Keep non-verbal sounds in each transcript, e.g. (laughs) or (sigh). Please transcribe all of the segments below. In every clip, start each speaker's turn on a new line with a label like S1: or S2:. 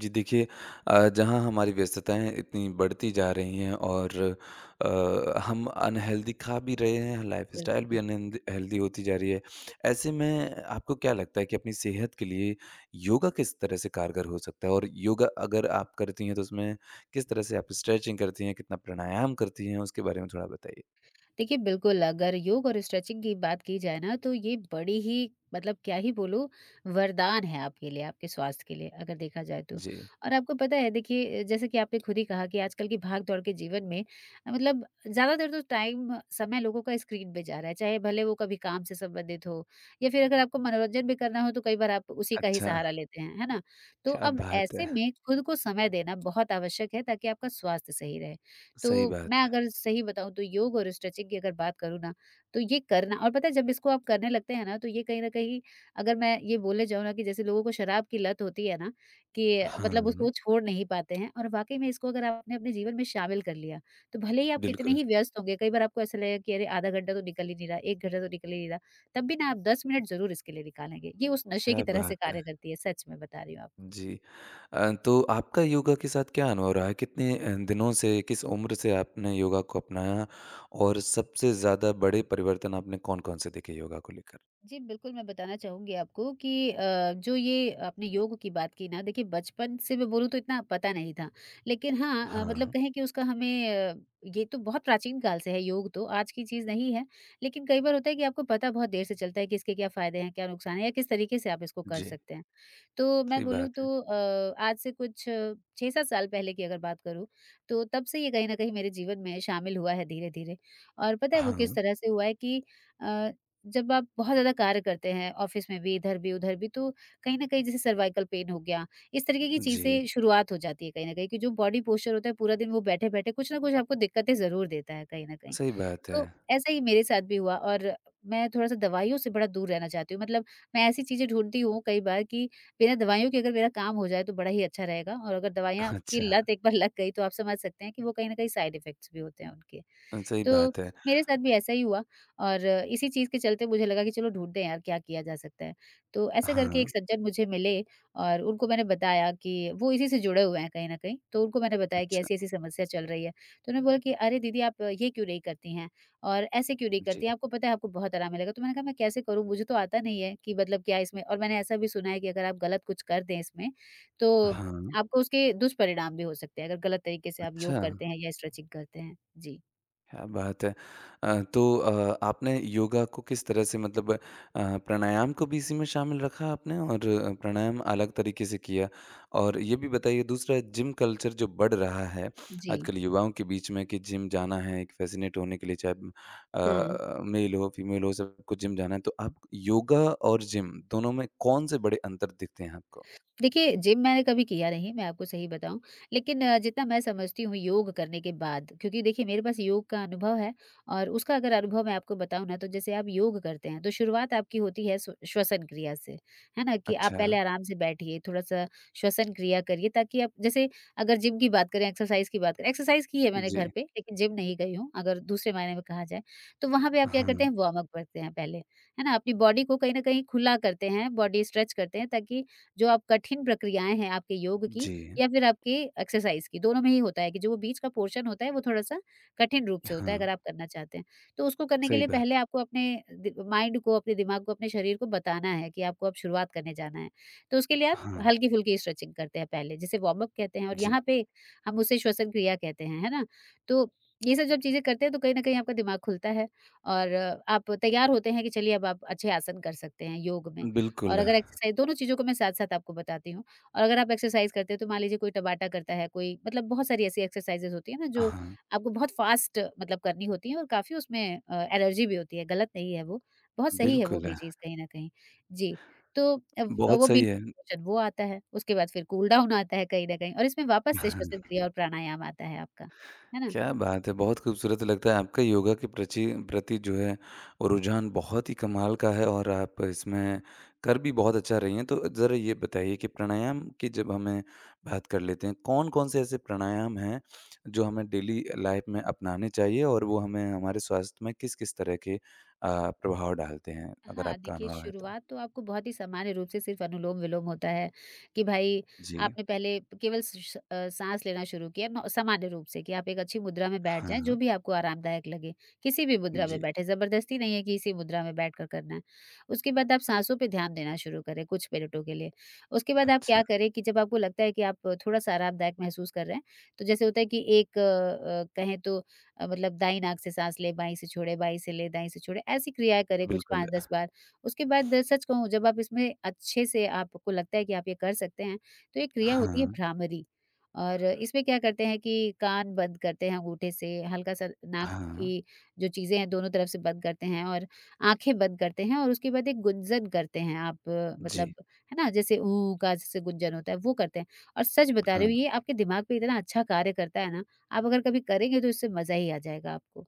S1: जी देखिए। जहाँ हमारी व्यस्तताएं इतनी बढ़ती जा रही हैं और हम अनहेल्दी खा भी रहे हैं, लाइफस्टाइल भी
S2: बिल्कुल।
S1: अनहेल्दी होती जा रही है। ऐसे में आपको क्या लगता है कि अपनी सेहत के लिए योगा किस तरह से कारगर हो सकता है, और योगा अगर आप करती हैं तो उसमें किस तरह से आप स्ट्रेचिंग करती हैं, कितना प्राणायाम करती हैं, उसके बारे में थोड़ा बताइए।
S2: देखिए, बिल्कुल, अगर योग और स्ट्रेचिंग की बात की जाए ना, तो ये बड़ी ही मतलब क्या ही बोलूँ, वरदान है आपके लिए, आपके स्वास्थ्य के लिए, अगर देखा जाए तो।
S1: जी।
S2: और आपको पता है, देखिए, जैसे कि आपने खुद ही कहा कि आजकल की भाग-दौड़ के जीवन में मतलब ज़्यादातर तो समय लोगों का स्क्रीन पे जा रहा है, चाहे भले वो कभी काम से संबंधित हो, या फिर अगर आपको मनोरंजन भी करना हो, तो कई बार आप उसी का ही
S1: अच्छा।
S2: सहारा लेते हैं, है ना? तो
S1: क्या
S2: अब
S1: बात
S2: ऐसे
S1: है।
S2: में खुद को समय देना बहुत आवश्यक है, ताकि आपका स्वास्थ्य सही रहे। तो
S1: सही बात
S2: मैं
S1: है।
S2: अगर सही बताऊँ तो योग और स्ट्रेचिंग की अगर बात करूँ ना, तो ये करना, और पता है जब इसको आप करने लगते हैं ना, तो ये कहीं न कहीं, अगर मैं ये बोले जाऊँ ना, कि जैसे लोगों को शराब की लत होती है ना, कि
S1: हाँ,
S2: मतलब उसको वो छोड़ नहीं पाते हैं, और वाक़ई में इसको अगर आपने अपने जीवन में शामिल कर लिया, तो भले ही आप कितने
S1: बिल्कुल।
S2: ही व्यस्त होंगे, कई बार आपको ऐसा लगेगा कि अरे आधा घंटा तो निकल ही नहीं रहा, 1 घंटा तो निकल ही नहीं रहा, तब भी ना आप 10 मिनट ज़रूर इसके लिए निकालेंगे। ये उस नशे की
S1: क्या
S2: तरह से
S1: बात है।
S2: कार्य करती है, सच में बता रही हूँ आपको।
S1: जी। तो आपका योगा के साथ क्या अनुभव रहा है? कितने दिनों से, किस उम्र से आपने योगा को अपनाया और सबसे ज़्यादा बड़े परिवर्तन आपने कौन-कौन से देखे योगा को लेकर?
S2: जी, बिल्कुल, मैं बताना चाहूँगी आपको कि जो ये आपने योग की बात की ना, देखिए बचपन से मैं बोलूँ तो इतना पता नहीं था। लेकिन हाँ मतलब
S1: हाँ।
S2: कहें कि उसका हमें ये तो बहुत प्राचीन काल से है योग तो, आज की चीज़ नहीं है। लेकिन कई बार होता है कि आपको पता बहुत देर से चलता है कि इसके क्या फ़ायदे हैं, क्या नुकसान है, या किस तरीके से आप इसको कर
S1: जी,
S2: सकते हैं। तो मैं
S1: सही
S2: बोलूँ
S1: बात
S2: तो
S1: है।
S2: आज से कुछ 6-7 साल पहले की अगर बात करूँ, तो तब से ये कहीं न कहीं मेरे जीवन में शामिल हुआ है धीरे-धीरे। और पता है वो
S1: हाँ।
S2: किस तरह से हुआ है कि, अ, जब आप बहुत ज़्यादा कार्य करते हैं, ऑफ़िस में भी, इधर भी, उधर भी, तो कहीं न कहीं जैसे सर्वाइकल पेन हो गया, इस तरीके की
S1: जी,
S2: चीज़ें शुरुआत हो जाती है कहीं न कहीं, कि जो बॉडी पोस्चर होता है पूरा दिन वो बैठे-बैठे कुछ न कुछ आपको दिक्कतें ज़रूर देता है कहीं न कहीं।
S1: सही बात है।
S2: तो ऐसा ही मेरे साथ भी हुआ, और मैं थोड़ा-सा दवाइयों से बड़ा दूर रहना चाहती हूँ। मतलब मैं ऐसी चीज़ें ढूँढती हूँ कई बार कि बिना दवाइयों के अगर मेरा काम हो जाए तो बड़ा ही अच्छा रहेगा, और अगर दवाइयाँ की
S1: अच्छा,
S2: लत एक बार लग गई तो आप समझ सकते हैं कि वो कहीं न कहीं साइड इफ़ेक्ट्स भी होते हैं उनके।
S1: सही
S2: तो
S1: बात है।
S2: मेरे साथ भी ऐसा ही हुआ, और इसी चीज़ के चलते मुझे लगा कि चलो ढूँढते हैं यार क्या किया जा सकता है। तो ऐसे करके
S1: हाँ।
S2: एक सज्जन मुझे मिले, और उनको मैंने बताया कि वो इसी से जुड़े हुए हैं कहीं न कहीं, तो उनको मैंने बताया कि
S1: अच्छा।
S2: ऐसी-ऐसी समस्या चल रही है। तो उन्होंने बोला कि अरे दीदी आप ये क्यों नहीं करती हैं और ऐसे क्यों नहीं
S1: जी।
S2: करती हैं? आपको पता है आपको बहुत आराम मिलेगा। तो मैंने कहा मैं कैसे करूँ? मुझे तो आता नहीं है कि मतलब क्या इसमें, और मैंने ऐसा भी सुना है कि अगर आप गलत कुछ कर दें इसमें तो
S1: हाँ।
S2: आपको उसके दुष्परिणाम भी हो सकते हैं, अगर गलत तरीके से आप योग
S1: अच्छा।
S2: करते हैं या स्ट्रेचिंग करते हैं। जी।
S1: क्या बात है। तो आपने योगा को किस तरह से मतलब प्राणायाम को भी इसी में शामिल रखा आपने, और प्राणायाम अलग तरीके से किया। और ये भी बताइए, दूसरा जिम कल्चर जो बढ़ रहा है,
S2: जी।
S1: आजकल युवाओं के बीच में, कि जिम जाना है एक फ़ैसिनेट होने के लिए, चाहे
S2: हुँ।
S1: मेल हो, फीमेल हो, सबको जिम जाना है। तो आप योगा और जिम दोनों में कौन से बड़े अंतर दिखते हैं आपको?
S2: देखिए, जिम मैंने कभी किया नहीं, मैं आपको सही बताऊँ। लेकिन जितना मैं समझती हूँ योग करने के बाद, क्योंकि देखिए मेरे पास योग का अनुभव है, और उसका अगर अनुभव मैं आपको बताऊँ ना, तो जैसे आप योग करते हैं, तो शुरुआत आपकी होती है स्व श्वसन क्रिया से, है ना? कि आप
S1: अच्छा।
S2: पहले आराम से बैठिए, थोड़ा-सा श्वसन क्रिया करिए, ताकि आप जैसे, अगर जिम की बात करें, एक्सरसाइज़ की बात करें, एक्सरसाइज़ की है मैंने घर
S1: जी।
S2: पे, लेकिन जिम नहीं गई हूँ, अगर दूसरे मायने में कहा जाए। तो वहाँ पे आप क्या करते
S1: हाँ।
S2: हैं, वार्म अप करते हैं पहले, है ना? अपनी बॉडी को कहीं न कहीं खुला करते हैं, बॉडी स्ट्रेच करते हैं, ताकि जो आप कठिन प्रक्रियाएँ हैं आपके योग की
S1: जी।
S2: या फिर आपके एक्सरसाइज की, दोनों में ही होता है कि जो वो बीच का पोर्शन होता है वो थोड़ा-सा कठिन रूप से होता है,
S1: हाँ,
S2: अगर आप करना चाहते हैं। तो उसको करने के
S1: सही
S2: लिए
S1: बात।
S2: पहले आपको अपने दि माइंड को, अपने दिमाग को, अपने शरीर को बताना है कि आपको अब शुरुआत करने जाना है। तो उसके लिए आप
S1: हाँ।
S2: हल्की-फुल्की स्ट्रेचिंग करते हैं पहले, जिसे वार्म अप कहते हैं, और यहाँ
S1: जी,
S2: पे हम उसे श्वसन क्रिया कहते हैं, है ना? तो ये सब जब चीज़ें करते हैं तो कहीं न कहीं आपका दिमाग खुलता है, और आप तैयार होते हैं कि चलिए अब आप अच्छे आसन कर सकते हैं योग में। और
S1: बिल्कुल।
S2: अगर एक्सरसाइज़ दोनों चीज़ों को मैं साथ-साथ आपको बताती हूँ। और अगर आप एक्सरसाइज़ करते हो तो मान लीजिए कोई टबाटा करता है, कोई मतलब बहुत सारी ऐसी एक्सरसाइज़ेज़ होती है ना, जो
S1: हाँ,
S2: आपको बहुत फ़ास्ट मतलब करनी होती है, और काफ़ी उसमें एनर्जी भी होती है, गलत नहीं है वो, बहुत सही है वो
S1: बिल्कुल।
S2: भी
S1: है,
S2: चीज़ कहीं न कहीं। जी, तो अब
S1: बहुत
S2: वो बीच
S1: सही है।
S2: में वो आता है, उसके बाद फिर कूल डाउन आता है कहीं न कहीं, और इसमें वापस से श्वसन
S1: (laughs)
S2: क्रिया और प्राणायाम आता है आपका, है ना?
S1: क्या बात है! बहुत खूबसूरत लगता है आपका योगा के प्रचि प्रति जो है वो रुझान बहुत ही कमाल का है, और आप इसमें कर भी बहुत अच्छा रही हैं। तो ज़रा ये बताइए कि प्राणायाम की जब हमें बात कर लेते हैं, कौन-कौन से ऐसे प्राणायाम हैं जो हमें डेली लाइफ में अपनाने चाहिए, और वो हमें हमारे स्वास्थ्य में किस-किस तरह के प्रभाव डालते हैं? अगर
S2: हाँ,
S1: आपका
S2: देखिए
S1: अनुभव है तो?
S2: शुरुआत तो आपको बहुत ही सामान्य रूप से सिर्फ़ अनुलोम-विलोम होता है, कि भाई
S1: जी।
S2: आपने पहले केवल साँस लेना शुरू किया नॉ सामान्य रूप से, कि आप एक अच्छी मुद्रा में बैठ जाएँ, जो
S1: हाँ।
S2: भी आपको आरामदायक लगे। किसी भी मुद्रा में
S1: जी।
S2: बैठे, ज़बरदस्ती नहीं है कि इसी मुद्रा में बैठकर करना है। उसके बाद आप साँसों पे ध्यान देना शुरू करें कुछ मिनटों के लिए। उसके बाद आप क्या
S1: अच्छा,
S2: करें कि जब आपको लगता है कि आप थोड़ा-सा आरामदायक महसूस कर रहे हैं, तो जैसे होता है कि एक कहें तो मतलब दाई नाक से साँस ले, बाई से छोड़े, बाई से ले, दाई से छोड़े, ऐसी क्रियाएँ करें कुछ
S1: बिल्कुल।
S2: 5-10 बार। उसके बाद सच कहूँ जब आप इसमें अच्छे से आपको लगता है कि आप ये कर सकते हैं, तो एक क्रिया होती है
S1: हाँ।
S2: भ्रामरी, और इसमें क्या करते हैं कि कान बंद करते हैं अंगूठे से, हल्का-सा नाक
S1: हाँ।
S2: की जो चीज़ें हैं दोनों तरफ से बंद करते हैं, और आँखें बंद करते हैं, और उसके बाद एक गुंजन करते हैं आप मतलब,
S1: जी।
S2: है ना? जैसे ऊ का जैसे गुंजन होता है, वो करते हैं, और सच बता रही हूँ
S1: हाँ।
S2: ये आपके दिमाग पे इतना अच्छा कार्य करता है ना, आप अगर कभी करेंगे तो इससे मज़ा ही आ जाएगा आपको।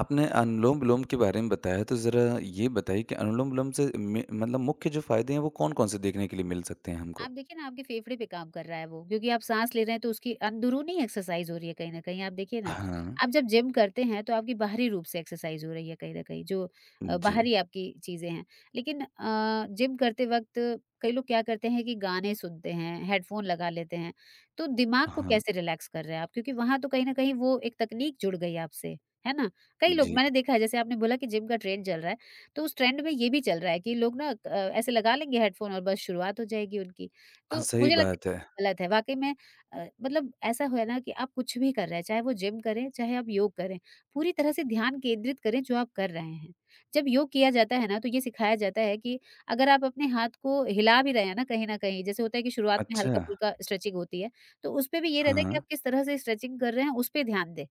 S1: आपने अनुलोम-विलोम के बारे में बताया, तो ज़रा ये बताइए कि अनुलोम-विलोम से में मतलब मुख्य जो फ़ायदे हैं वो कौन-कौन से देखने के लिए मिल सकते हैं
S2: आप
S1: हमको?
S2: देखिए ना आपके फेफड़े पे काम कर रहा है वो, क्योंकि आप सांस ले रहे हैं तो उसकी अंदरूनी एक्सरसाइज हो रही है कहीं न कहीं। आप देखिए ना,
S1: हाँ।
S2: आप जब जिम करते हैं तो आपकी बाहरी रूप से एक्सरसाइज हो रही है कहीं न कहीं, जो
S1: जी।
S2: बाहरी आपकी चीज़ें हैं। लेकिन जिम करते वक़्त कई लोग क्या करते हैं कि गाने सुनते हैं, हेडफ़ोन लगा लेते हैं। तो दिमाग को
S1: हाँ।
S2: कैसे रिलैक्स कर रहे हैं आप? क्योंकि वहाँ तो कहीं न कहीं वो एक तकनीक जुड़ गई आपसे, है ना? कई लोग
S1: जी।
S2: मैंने देखा है जैसे आपने बोला कि जिम का ट्रेंड चल रहा है, तो उस ट्रेंड में ये भी चल रहा है कि लोग ना ऐसे लगा लेंगे हेडफ़ोन और बस शुरुआत हो जाएगी उनकी।
S1: हाँ,
S2: तो
S1: सही
S2: मुझे लगता है
S1: बात है।
S2: गलत है, वाक़ई में। मतलब ऐसा हुआ ना कि आप कुछ भी कर रहे हैं, चाहे वो जिम करें, चाहे आप योग करें, पूरी तरह से ध्यान केंद्रित करें जो आप कर रहे हैं। जब योग किया जाता है ना, तो ये सिखाया जाता है कि अगर आप अपने हाथ को हिला भी रहे हैं ना कहीं न कहीं, जैसे होता है कि शुरुआत में
S1: अच्छा।
S2: हल्का-फुल्का स्ट्रेचिंग होती है, तो उसपे भी ये रहता है कि
S1: हाँ,
S2: आप किस तरह से स्ट्रेचिंग कर रहे हैं, उसपे ध्यान दें।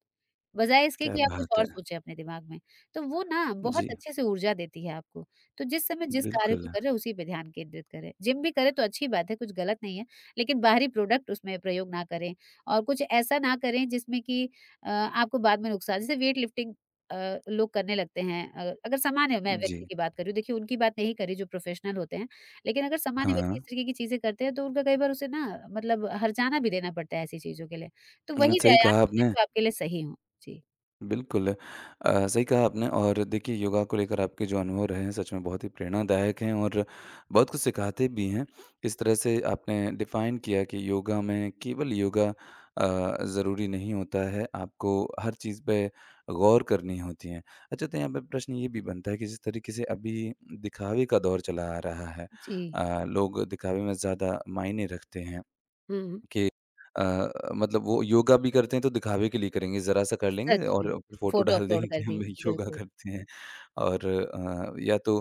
S2: बजाए इसके
S1: क्या
S2: कि आप कुछ
S1: बात
S2: और
S1: है।
S2: सोचें अपने दिमाग में। तो वो ना बहुत
S1: जी,
S2: अच्छे से ऊर्जा देती है आपको। तो जिस समय जिस कार्य को
S1: बिल्कुल।
S2: कर रहे हैं उसी पे ध्यान केंद्रित करें। जिम भी करें तो अच्छी बात है, कुछ गलत नहीं है, लेकिन बाहरी प्रोडक्ट उसमें प्रयोग ना करें और कुछ ऐसा ना करें जिसमें कि आपको बाद में नुकसान, जैसे वेट लिफ्टिंग लोग करने लगते हैं। अगर सामान्य मैं व्यक्ति
S1: जी।
S2: की बात कर रही हूँ, देखिए उनकी बात नहीं कर रही जो प्रोफेशनल होते हैं। लेकिन अगर सामान्य
S1: हाँ।
S2: व्यक्ति इस तरीके की चीज़ें करते हैं तो उनका कई बार उसे ना मतलब हर्जाना भी देना पड़ता है ऐसी चीज़ों के लिए। तो वही
S1: सही
S2: व्यायाम
S1: कहा
S2: चुनें
S1: आपने।
S2: जो आपके लिए सही हो। जी।
S1: बिल्कुल। सही कहा आपने, और देखिए योगा को लेकर आपके जो अनुभव रहे हैं सच में बहुत ही प्रेरणादायक हैं, और बहुत कुछ सिखाते भी हैं। इस तरह से आपने डिफ़ाइन किया कि योगा में केवल योगा अ, ज़रूरी नहीं होता है, आपको हर चीज़ पे गौर करनी होती है। अच्छा, तो यहाँ पे प्रश्न ये भी बनता है कि जिस तरीके से अभी दिखावे का दौर चला आ रहा है,
S2: जी।
S1: लोग दिखावे में ज़्यादा मायने रखते हैं।
S2: हुँ।
S1: कि मतलब वो योगा भी करते हैं तो दिखावे के लिए करेंगे, ज़रा-सा कर लेंगे
S2: सच
S1: और
S2: में।
S1: फिर फ़ोटो
S2: फ़ोटो
S1: डाल
S2: अपलोड
S1: देंगे
S2: कर
S1: कि
S2: दी,
S1: हम (laughs) योगा
S2: बिल्कुल।
S1: करते हैं, और या तो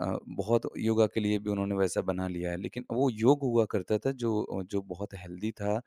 S1: बहुत योगा के लिए भी उन्होंने वैसा बना लिया है। लेकिन वो योग हुआ करता था जो जो बहुत हेल्दी था।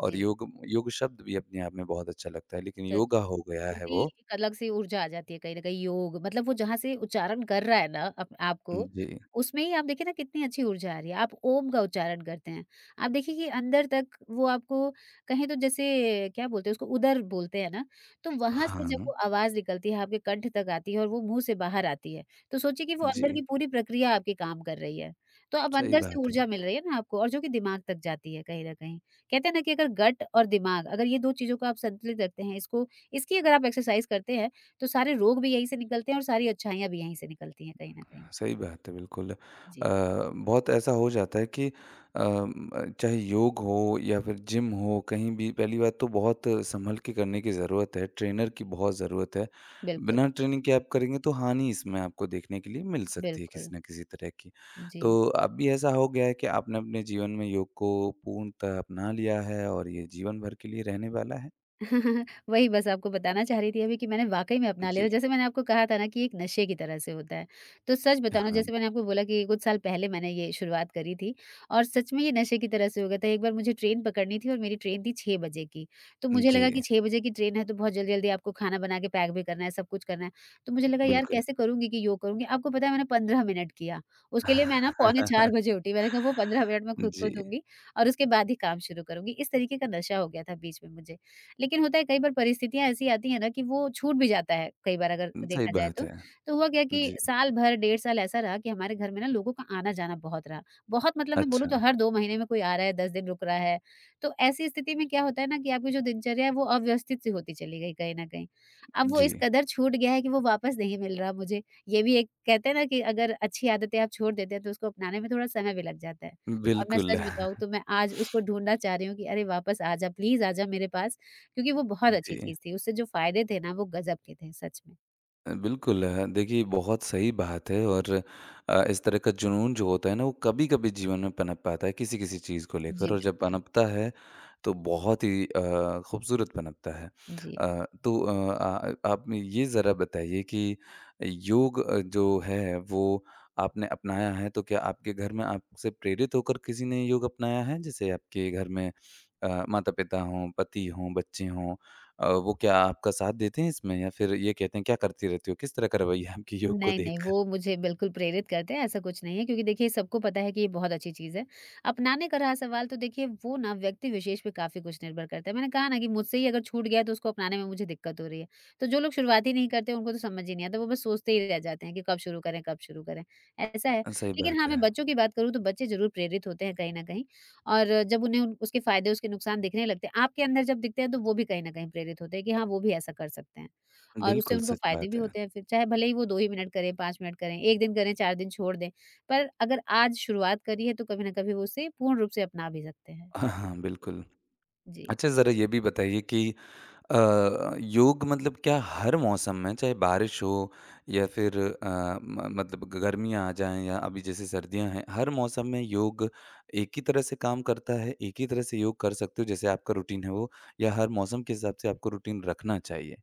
S1: और
S2: जी।
S1: योग, योग शब्द भी अपने आप में बहुत अच्छा लगता है, लेकिन
S2: सच
S1: योगा
S2: में।
S1: हो गया है
S2: पूरी
S1: वो।
S2: एक अलग सी ऊर्जा आ जाती है कहीं न कहीं। योग मतलब वो जहाँ से उच्चारण कर रहा है ना अप आपको,
S1: जी।
S2: उसमें ही आप देखिए ना कितनी अच्छी ऊर्जा आ रही है। आप ओम का उच्चारण करते हैं, आप देखिए कि अंदर तक वो आपको, कहें तो जैसे, क्या बोलते हैं उसको उदर बोलते हैं ना, तो वहाँ से जब
S1: हाँ।
S2: वो आवाज़ निकलती है, आपके कंठ तक आती है और वो मुँह से बाहर आती है, तो सोचिए कि वो
S1: जी,
S2: अंदर की पूरी प्रक्रिया आपके काम कर रही है। तो अब
S1: सही
S2: अंदर से
S1: बात है।
S2: ऊर्जा मिल रही है ना आपको, और जो कि दिमाग तक जाती है कहीं न कहीं। कहते हैं ना कि अगर गट और दिमाग, अगर ये 2 चीज़ों को आप संतुलित रखते हैं, इसको इसकी अगर आप एक्सरसाइज करते हैं, तो सारे रोग भी यहीं से निकलते हैं और सारी अच्छाइयाँ भी यहीं से निकलती हैं कहीं न कहीं।
S1: सही बात है, बिल्कुल।
S2: जी,
S1: बहुत ऐसा हो जाता है कि अम, चाहे योग हो या फिर जिम हो, कहीं भी पहली बात तो बहुत सँभल के करने की ज़रूरत है, ट्रेनर की बहुत ज़रूरत है।
S2: बिल्कुल,
S1: बिना ट्रेनिंग के आप करेंगे तो हानि इसमें आपको देखने के लिए मिल सकती है
S2: बिल्कुल।
S1: किसी न किसी तरह की।
S2: जी।
S1: तो अब भी ऐसा हो गया है कि आपने अपने जीवन में योग को पूर्णतः अपना लिया है और ये जीवन भर के लिए रहने वाला है?
S2: (laughs) वही बस आपको बताना चाह रही थी अभी कि मैंने वाक़ई में अपना लिया
S1: जी।
S2: था। जैसे मैंने आपको कहा था ना कि एक नशे की तरह से होता है। तो सच बताऊँ ना,
S1: हाँ।
S2: जैसे मैंने आपको बोला कि कुछ साल पहले मैंने ये शुरुआत करी थी, और सच में ये नशे की तरह से हो गया था। एक बार मुझे ट्रेन पकड़नी थी और मेरी ट्रेन थी 6 बजे की। तो मुझे लगा कि
S1: जी,
S2: 6 बजे की ट्रेन है तो बहुत जल्दी-जल्दी आपको खाना बना के पैक भी करना है, सब कुछ करना है। तो मुझे लगा यार
S1: बिल्कुल।
S2: कैसे करूँगी कि योग करूँगी? आपको पता है मैंने 15 मिनट किया। उसके लिए मैं ना पौने 4
S1: (laughs)
S2: बजे उठी। मैंने कहा वो 15 मिनट मैं खुद को
S1: जी,
S2: दूँगी और उसके बाद ही काम शुरू करूँगी। इस तरीके का नशा हो गया था बीच में मुझे। लेकिन होता है, कई बार परिस्थितियाँ ऐसी आती हैं ना कि वो छूट भी जाता है कई बार, अगर
S1: सही
S2: देखा जाए
S1: बात
S2: तो।
S1: है।
S2: तो हुआ क्या कि
S1: जी।
S2: साल भर, डेढ़ साल ऐसा रहा कि हमारे घर में ना लोगों का आना-जाना बहुत रहा। बहुत मतलब मैं बोलूँ तो
S1: अच्छा।
S2: हर 2 महीने में कोई आ रहा है, 10 दिन रुक रहा है। तो ऐसी स्थिति में क्या होता है ना कि आपकी जो दिनचर्या है वो अव्यवस्थित सी होती चली गई कहीं न कहीं। अब वो
S1: जी।
S2: इस कदर छूट गया है कि वो वापस नहीं मिल रहा मुझे। ये भी एक, कहते हैं ना कि अगर अच्छी आदतें आप छोड़ देते हैं तो उसको अपनाने में थोड़ा समय भी लग जाता है। और मैं
S1: बिल्कुल।
S2: सच बताऊँ
S1: (laughs)
S2: तो मैं आज उसको ढूँढना चाह रही हूँ कि अरे वापस आ जा, प्लीज़ आ जा मेरे पास, क्योंकि वो बहुत अच्छी
S1: जी।
S2: चीज़ थी, उससे जो फ़ायदे थे ना वो गज़ब के थे सच में।
S1: बिल्कुल देखिए बहुत सही बात है, और इस तरह का जुनून जो होता है ना वो कभी-कभी जीवन में पनप पाता है किसी-किसी चीज़ को
S2: जी,
S1: लेकर, और जब
S2: बिल्कुल।
S1: पनपता है तो बहुत ही खूबसूरत पनपता है।
S2: जी।
S1: तो आ आप में ये ज़रा बताइए कि योग जो है वो आपने अपनाया है, तो क्या आपके घर में आपसे प्रेरित होकर किसी ने योग अपनाया है? जैसे आपके घर में माता-पिता हों, पति हों, बच्चे हों, वो क्या आपका साथ देते हैं इसमें या फिर ये कहते हैं क्या करती रहती हो? किस तरह का रवैया है आपके योग को
S2: नहीं, नहीं,
S1: देखकर?
S2: वो मुझे बिल्कुल प्रेरित करते हैं, ऐसा कुछ नहीं है क्योंकि देखिए सबको पता है कि ये बहुत अच्छी चीज़ है। अपनाने का रहा सवाल, तो देखिए वो ना व्यक्ति विशेष पे काफ़ी कुछ निर्भर करता है। मैंने कहा ना कि मुझसे ही अगर छूट गया है तो उसको अपनाने में मुझे दिक्कत हो रही है। तो जो लोग शुरुआत ही नहीं करते उनको तो समझ ही नहीं आता, वो बस सोचते ही रह जाते हैं कि कब शुरू करें, ऐसा है।
S1: सही
S2: लेकिन हाँ,
S1: बात
S2: मैं
S1: है।
S2: बच्चों की बात करूँ तो बच्चे ज़रूर प्रेरित होते हैं कहीं न कहीं। और जब उन्हें उन उसके फ़ायदे, उसके नुकसान दिखने लगते हैं, आपके अंदर जब दिखते हैं, तो वो भी कहीं न कहीं प्रेरित होते हैं कि हाँ, वो भी ऐसा कर सकते हैं। और उससे
S1: बिल्कुल
S2: उनको
S1: सच
S2: फ़ायदे
S1: बात
S2: भी
S1: है।
S2: होते हैं फिर, चाहे भले ही वो 2 ही मिनट करें, 5 मिनट करें, 1 दिन करें, 4 दिन छोड़ दें, पर अगर आज शुरुआत करी है तो कभी ना कभी वो उसे पूर्ण रूप से अपना भी सकते हैं। है
S1: हाँ,
S2: ना?
S1: हाँ, बिल्कुल।
S2: जी।
S1: अच्छा, ज़रा ये भी बताइए कि अ, योग मतलब क्या हर मौसम में, चाहे बारिश हो या फिर म मतलब गर्मियाँ आ जाएँ या अभी जैसे सर्दियाँ हैं, हर मौसम में योग एक ही तरह से काम करता है, एक ही तरह से योग कर सकते हो जैसे आपका रूटीन है वो, या हर मौसम के हिसाब से आपको रूटीन रखना चाहिए?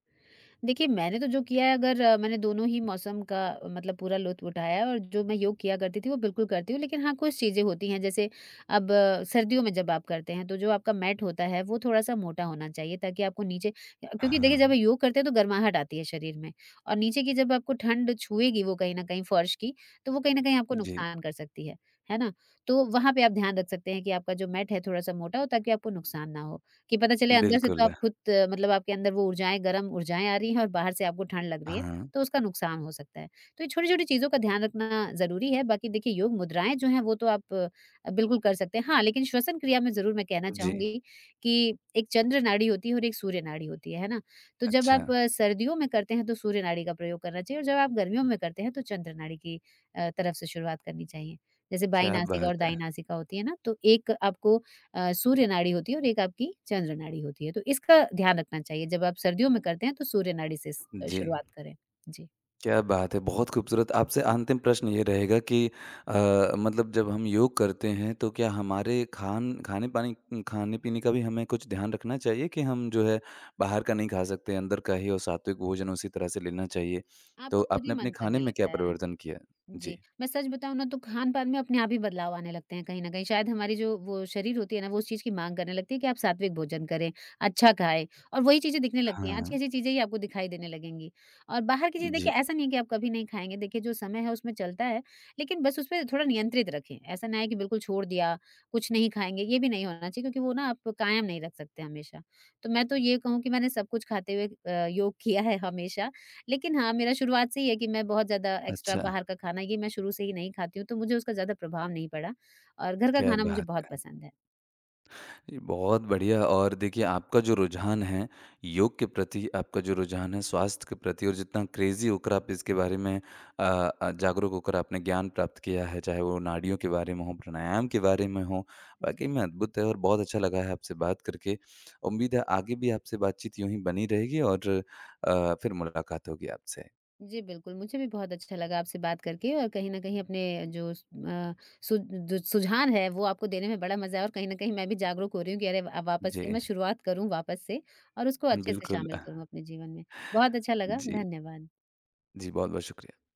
S2: देखिए, मैंने तो जो किया है, अगर मैंने दोनों ही मौसम का, मतलब पूरा लुत्फ़ उठाया है और जो मैं योग किया करती थी वो बिल्कुल करती हूँ। लेकिन हाँ, कुछ चीज़ें होती हैं, जैसे अब सर्दियों में जब आप करते हैं तो जो आपका मैट होता है वो थोड़ा-सा मोटा होना चाहिए, ताकि आपको नीचे, क्योंकि देखिए जब
S1: हाँ।
S2: योग करते हैं तो गर्माहट आती है शरीर में, और नीचे की जब आपको ठंड छुएगी, वो कहीं न कहीं फर्श की, तो वो कहीं न कहीं आपको
S1: जी,
S2: नुकसान कर सकती है। है ना? तो वहाँ पे आप ध्यान रख सकते हैं कि आपका जो मैट है थोड़ा-सा मोटा हो, ताकि आपको नुकसान ना हो। कि पता चले अंदर से तो आप
S1: बिल्कुल।
S2: खुद, मतलब आपके अंदर वो ऊर्जाएँ गर्म ऊर्जाएँ आ रही हैं और बाहर से आपको ठंड लग रही है,
S1: हाँ।
S2: तो उसका नुकसान हो सकता है। तो ये छोटी-छोटी चीज़ों का ध्यान रखना ज़रूरी है। बाकी देखिए योग मुद्राएँ जो हैं वो तो आप बिल्कुल कर सकते हैं। हाँ, लेकिन श्वसन क्रिया में ज़रूर मैं कहना
S1: जी।
S2: चाहूँगी कि एक चंद्र नाड़ी होती है और एक सूर्य नाड़ी होती है ना? तो जब
S1: अच्छा।
S2: आप सर्दियों में करते हैं तो सूर्य नाड़ी का प्रयोग करना चाहिए, और जब आप गर्मियों में करते हैं तो चंद्र नाड़ी की तरफ से शुरुआत करनी चाहिए। जैसे बाईं
S1: क्या
S2: नासिका
S1: बात
S2: और दाईं
S1: है!
S2: नासिका होती है ना, तो एक आपको सूर्य नाड़ी होती है और एक आपकी चंद्र नाड़ी होती है। तो इसका ध्यान रखना चाहिए, जब आप सर्दियों में करते हैं तो सूर्य नाड़ी से स
S1: जी।
S2: शुरुआत करें। जी।
S1: क्या बात है, बहुत खूबसूरत। आपसे अंतिम प्रश्न ये रहेगा कि मतलब जब हम योग करते हैं तो क्या हमारे खाने-पीने का भी हमें कुछ ध्यान रखना चाहिए कि हम जो है बाहर का नहीं खा सकते, अंदर का ही और सात्विक भोजन उसी तरह से लेना चाहिए?
S2: आपका
S1: तो
S2: खुद ही
S1: आपने अपने
S2: मन
S1: खाने
S2: करने
S1: में क्या
S2: लगता है।
S1: परिवर्तन किया?
S2: जी,
S1: जी।
S2: मैं सच बताऊँ ना तो खान-पान में अपने आप ही बदलाव आने लगते हैं कहीं न कहीं। शायद हमारी जो वो शरीर होती है ना, वो उस चीज़ की माँग करने लगती है कि आप सात्विक भोजन करें, अच्छा खाएँ, और वही चीज़ें दिखने लगती हैं।
S1: हाँ।
S2: अच्छी-अच्छी चीज़ें ही आपको दिखाई देने लगेंगी, और बाहर की चीज़, देखिए
S1: जी।
S2: ऐसा नहीं है कि आप कभी नहीं खाएँगे। देखिए जो समय है उसमें चलता है, लेकिन बस उसपे थोड़ा नियंत्रित रखें। ऐसा ना है कि बिल्कुल छोड़ दिया, कुछ नहीं खाएँगे, ये भी नहीं होना चाहिए क्योंकि वो ना आप कायम नहीं रख सकते हमेशा। तो मैं तो ये कहूँ कि मैंने सब कुछ खाते हुए योग किया है हमेशा, लेकिन हाँ, मेरा शुरुआत से ही है कि मैं बहुत ज़्यादा एक्स्ट्रा
S1: अच्छा।
S2: बाहर का खाना ये मैं शुरू से ही नहीं खाती हूँ, तो मुझे उसका ज़्यादा प्रभाव नहीं पड़ा, और घर का
S1: क्या
S2: खाना मुझे
S1: बात
S2: बहुत
S1: है!
S2: पसंद है।
S1: जी, बहुत बढ़िया, और देखिए आपका जो रुझान है योग के प्रति, आपका जो रुझान है स्वास्थ्य के प्रति, और जितना क्रेज़ी होकर आप इसके बारे में जागरूक होकर आपने ज्ञान प्राप्त किया है, चाहे वो नाड़ियों के बारे में हो, प्राणायाम के बारे में हो, वाक़ई
S2: जी।
S1: में अद्भुत है और बहुत अच्छा लगा है आपसे बात करके। उम्मीद है आगे भी आपसे बातचीत यूँ ही बनी रहेगी, और फिर मुलाकात होगी आपसे।
S2: जी, बिल्कुल, मुझे भी बहुत अच्छा लगा आपसे बात करके, और कहीं न कहीं अपने जो स अ, सु जो सुझाव है वो आपको देने में बड़ा मज़ा आया, और कहीं न कहीं मैं भी जागरूक हो रही हूँ कि अरे वापस
S1: जी,
S2: से मैं शुरुआत करूँ, वापस से, और उसको अच्छे से
S1: बिल्कुल।
S2: शामिल करूँ अपने जीवन में। बहुत अच्छा लगा,
S1: जी।
S2: धन्यवाद।
S1: जी, बहुत-बहुत शुक्रिया।